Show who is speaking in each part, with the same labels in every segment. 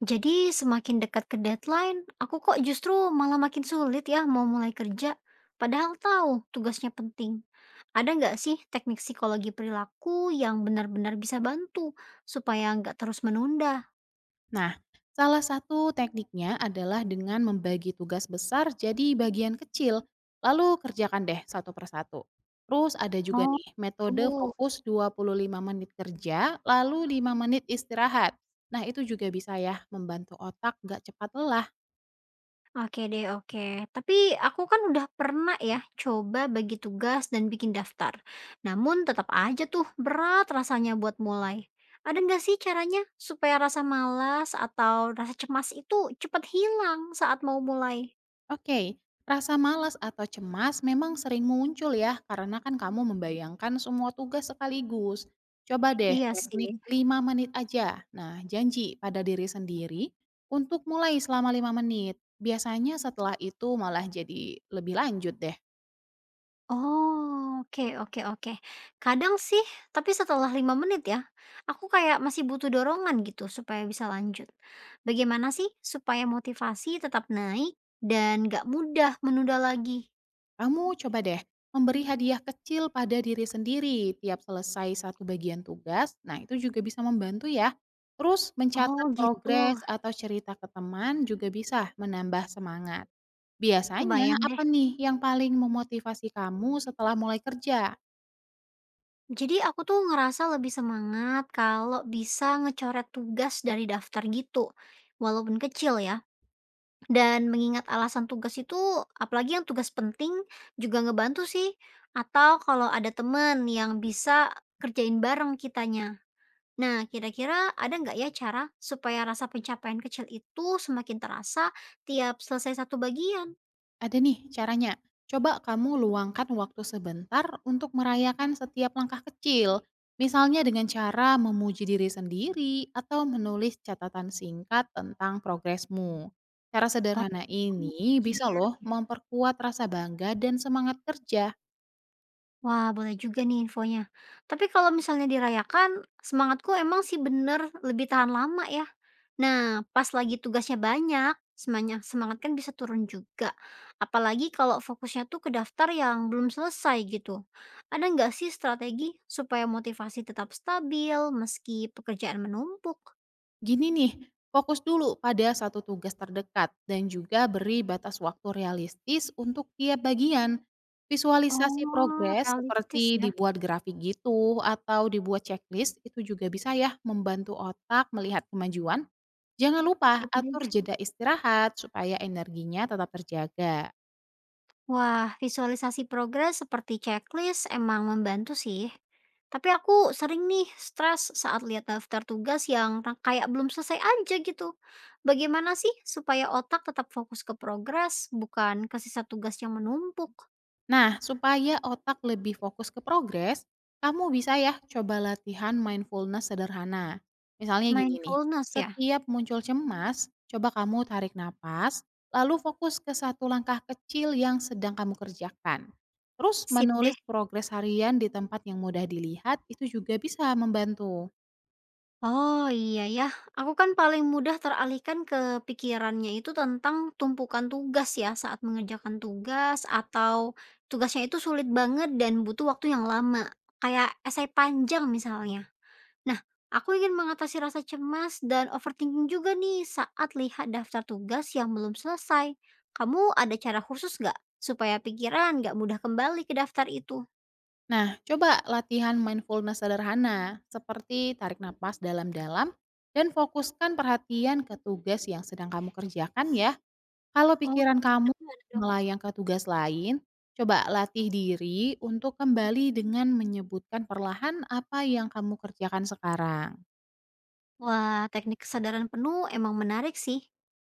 Speaker 1: Jadi semakin dekat ke deadline, aku kok justru malah makin sulit ya mau mulai kerja. Padahal tahu tugasnya penting. Ada nggak sih teknik psikologi perilaku yang benar-benar bisa bantu supaya nggak terus menunda?
Speaker 2: Nah, salah satu tekniknya adalah dengan membagi tugas besar jadi bagian kecil, lalu kerjakan deh satu persatu. Terus ada juga
Speaker 1: Oh,
Speaker 2: nih metode
Speaker 1: tuh.
Speaker 2: fokus 25 menit kerja, lalu 5 menit istirahat. Nah, itu juga bisa ya membantu otak gak cepat lelah.
Speaker 1: Oke deh, oke. Tapi aku kan udah pernah ya coba bagi tugas dan bikin daftar. Namun tetap aja tuh berat rasanya buat mulai. Ada nggak sih caranya supaya rasa malas atau rasa cemas itu cepat hilang saat mau mulai?
Speaker 2: Oke, rasa malas atau cemas memang sering muncul ya, karena kan kamu membayangkan semua tugas sekaligus. Coba deh
Speaker 1: Iya
Speaker 2: teknik
Speaker 1: sih.
Speaker 2: 5 menit aja. Nah, janji pada diri sendiri untuk mulai selama 5 menit. Biasanya setelah itu malah jadi lebih lanjut deh.
Speaker 1: Oh, oke oke oke. Kadang sih, tapi setelah 5 menit ya, aku kayak masih butuh dorongan gitu supaya bisa lanjut. Bagaimana sih supaya motivasi tetap naik dan gak mudah menunda lagi?
Speaker 2: Kamu coba deh memberi hadiah kecil pada diri sendiri tiap selesai satu bagian tugas. Nah, itu juga bisa membantu ya. Terus
Speaker 1: Oh
Speaker 2: mencatat
Speaker 1: gitu,
Speaker 2: progres atau cerita ke teman juga bisa menambah semangat. Biasanya
Speaker 1: kebayang
Speaker 2: apa
Speaker 1: deh.
Speaker 2: nih yang paling memotivasi kamu setelah mulai kerja?
Speaker 1: Jadi aku tuh ngerasa lebih semangat kalau bisa ngecoret tugas dari daftar gitu, walaupun kecil ya. Dan mengingat alasan tugas itu, apalagi yang tugas penting juga ngebantu sih. Atau kalau ada temen yang bisa kerjain bareng kitanya. Nah, kira-kira ada nggak ya cara supaya rasa pencapaian kecil itu semakin terasa tiap selesai satu bagian?
Speaker 2: Ada nih caranya. Coba kamu luangkan waktu sebentar untuk merayakan setiap langkah kecil. Misalnya dengan cara memuji diri sendiri atau menulis catatan singkat tentang progresmu. Cara
Speaker 1: Oh,
Speaker 2: sederhana ini
Speaker 1: jadi
Speaker 2: bisa loh memperkuat rasa bangga dan semangat kerja.
Speaker 1: wah, boleh juga nih infonya. Tapi kalau misalnya dirayakan, semangatku emang sih bener lebih tahan lama ya. Nah, pas lagi tugasnya banyak, semangat semangat kan bisa turun juga. Apalagi kalau fokusnya tuh ke daftar yang belum selesai gitu. Ada nggak sih strategi supaya motivasi tetap stabil meski pekerjaan menumpuk?
Speaker 2: Gini nih, fokus dulu pada satu tugas terdekat dan juga beri batas waktu realistis untuk tiap bagian. Visualisasi
Speaker 1: Oh,
Speaker 2: progres
Speaker 1: realistis
Speaker 2: seperti
Speaker 1: ya.
Speaker 2: dibuat grafik gitu atau dibuat checklist itu juga bisa ya membantu otak melihat kemajuan. Jangan lupa
Speaker 1: Sip deh.
Speaker 2: atur jeda istirahat supaya energinya tetap terjaga.
Speaker 1: Wah, visualisasi progres seperti checklist emang membantu sih. Tapi aku sering nih stres saat lihat daftar tugas yang kayak belum selesai aja gitu. Bagaimana sih supaya otak tetap fokus ke progres, bukan ke sisa tugas yang menumpuk?
Speaker 2: Nah, supaya otak lebih fokus ke progres, kamu bisa ya coba latihan mindfulness sederhana. Misalnya gini nih,
Speaker 1: Mindfulness ya?
Speaker 2: setiap muncul cemas, coba kamu tarik napas, lalu fokus ke satu langkah kecil yang sedang kamu kerjakan. Terus
Speaker 1: Sip deh.
Speaker 2: menulis progres harian di tempat yang mudah dilihat itu juga bisa membantu.
Speaker 1: Oh, iya ya. Aku kan paling mudah teralihkan ke pikirannya itu tentang tumpukan tugas ya saat mengerjakan tugas atau tugasnya itu sulit banget dan butuh waktu yang lama. Kayak esai panjang misalnya. Nah, aku ingin mengatasi rasa cemas dan overthinking juga nih saat lihat daftar tugas yang belum selesai. Kamu ada cara khusus nggak supaya pikiran nggak mudah kembali ke daftar itu?
Speaker 2: Nah, coba latihan mindfulness sederhana seperti tarik napas dalam-dalam dan fokuskan perhatian ke tugas yang sedang kamu kerjakan ya. Kalau
Speaker 1: Oh,
Speaker 2: pikiran kamu
Speaker 1: sederhana
Speaker 2: melayang ke tugas lain, coba latih diri untuk kembali dengan menyebutkan perlahan apa yang kamu kerjakan sekarang.
Speaker 1: wah, teknik kesadaran penuh emang menarik sih.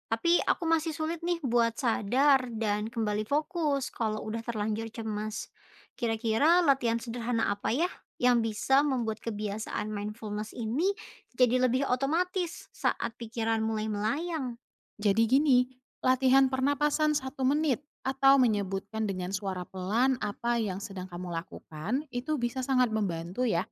Speaker 1: Tapi aku masih sulit nih buat sadar dan kembali fokus kalau udah terlanjur cemas. Kira-kira latihan sederhana apa ya yang bisa membuat kebiasaan mindfulness ini jadi lebih otomatis saat pikiran mulai melayang?
Speaker 2: Jadi gini, latihan pernapasan satu menit atau menyebutkan dengan suara pelan apa yang sedang kamu lakukan itu bisa sangat membantu ya.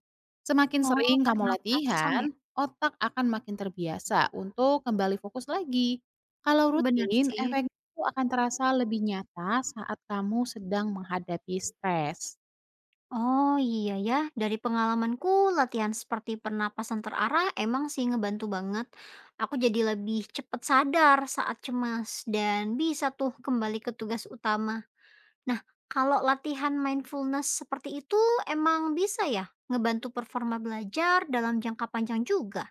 Speaker 2: Semakin
Speaker 1: Oh,
Speaker 2: sering kamu
Speaker 1: pernapasan
Speaker 2: latihan,
Speaker 1: ya?
Speaker 2: otak akan makin terbiasa untuk kembali fokus lagi. Kalau
Speaker 1: Bener
Speaker 2: rutin,
Speaker 1: sih.
Speaker 2: efek itu akan terasa lebih nyata saat kamu sedang menghadapi stres.
Speaker 1: Oh iya ya, dari pengalamanku latihan seperti pernapasan terarah emang sih ngebantu banget. Aku jadi lebih cepat sadar saat cemas dan bisa tuh kembali ke tugas utama. Nah, kalau latihan mindfulness seperti itu emang bisa ya ngebantu performa belajar dalam jangka panjang juga.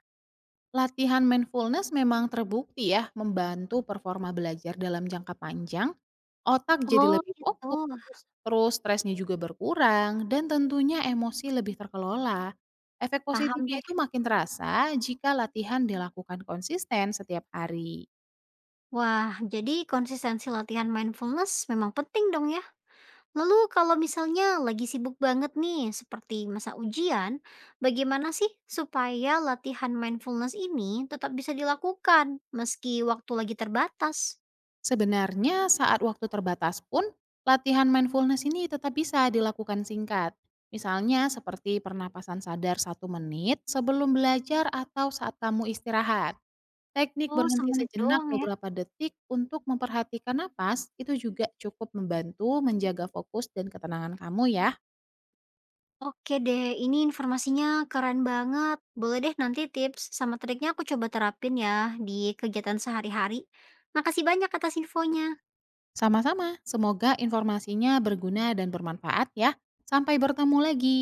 Speaker 2: Latihan mindfulness memang terbukti ya membantu performa belajar dalam jangka panjang, otak jadi
Speaker 1: Oh,
Speaker 2: lebih
Speaker 1: gitu,
Speaker 2: fokus, terus stresnya juga berkurang, dan tentunya emosi lebih terkelola. Efek
Speaker 1: paham
Speaker 2: positifnya
Speaker 1: deh.
Speaker 2: itu makin terasa jika latihan dilakukan konsisten setiap hari.
Speaker 1: Wah, jadi konsistensi latihan mindfulness memang penting dong ya. Lalu kalau misalnya lagi sibuk banget nih, seperti masa ujian, bagaimana sih supaya latihan mindfulness ini tetap bisa dilakukan meski waktu lagi terbatas?
Speaker 2: Sebenarnya saat waktu terbatas pun, latihan mindfulness ini tetap bisa dilakukan singkat. Misalnya seperti pernapasan sadar satu menit sebelum belajar atau saat kamu istirahat. Teknik
Speaker 1: Oh,
Speaker 2: berhenti
Speaker 1: semenit
Speaker 2: sejenak
Speaker 1: doang ya.
Speaker 2: beberapa detik untuk memperhatikan napas itu juga cukup membantu menjaga fokus dan ketenangan kamu ya.
Speaker 1: Oke deh, ini informasinya keren banget. Boleh deh nanti tips sama triknya aku coba terapin ya di kegiatan sehari-hari. Makasih banyak atas infonya.
Speaker 2: Sama-sama, semoga informasinya berguna dan bermanfaat ya. Sampai bertemu lagi.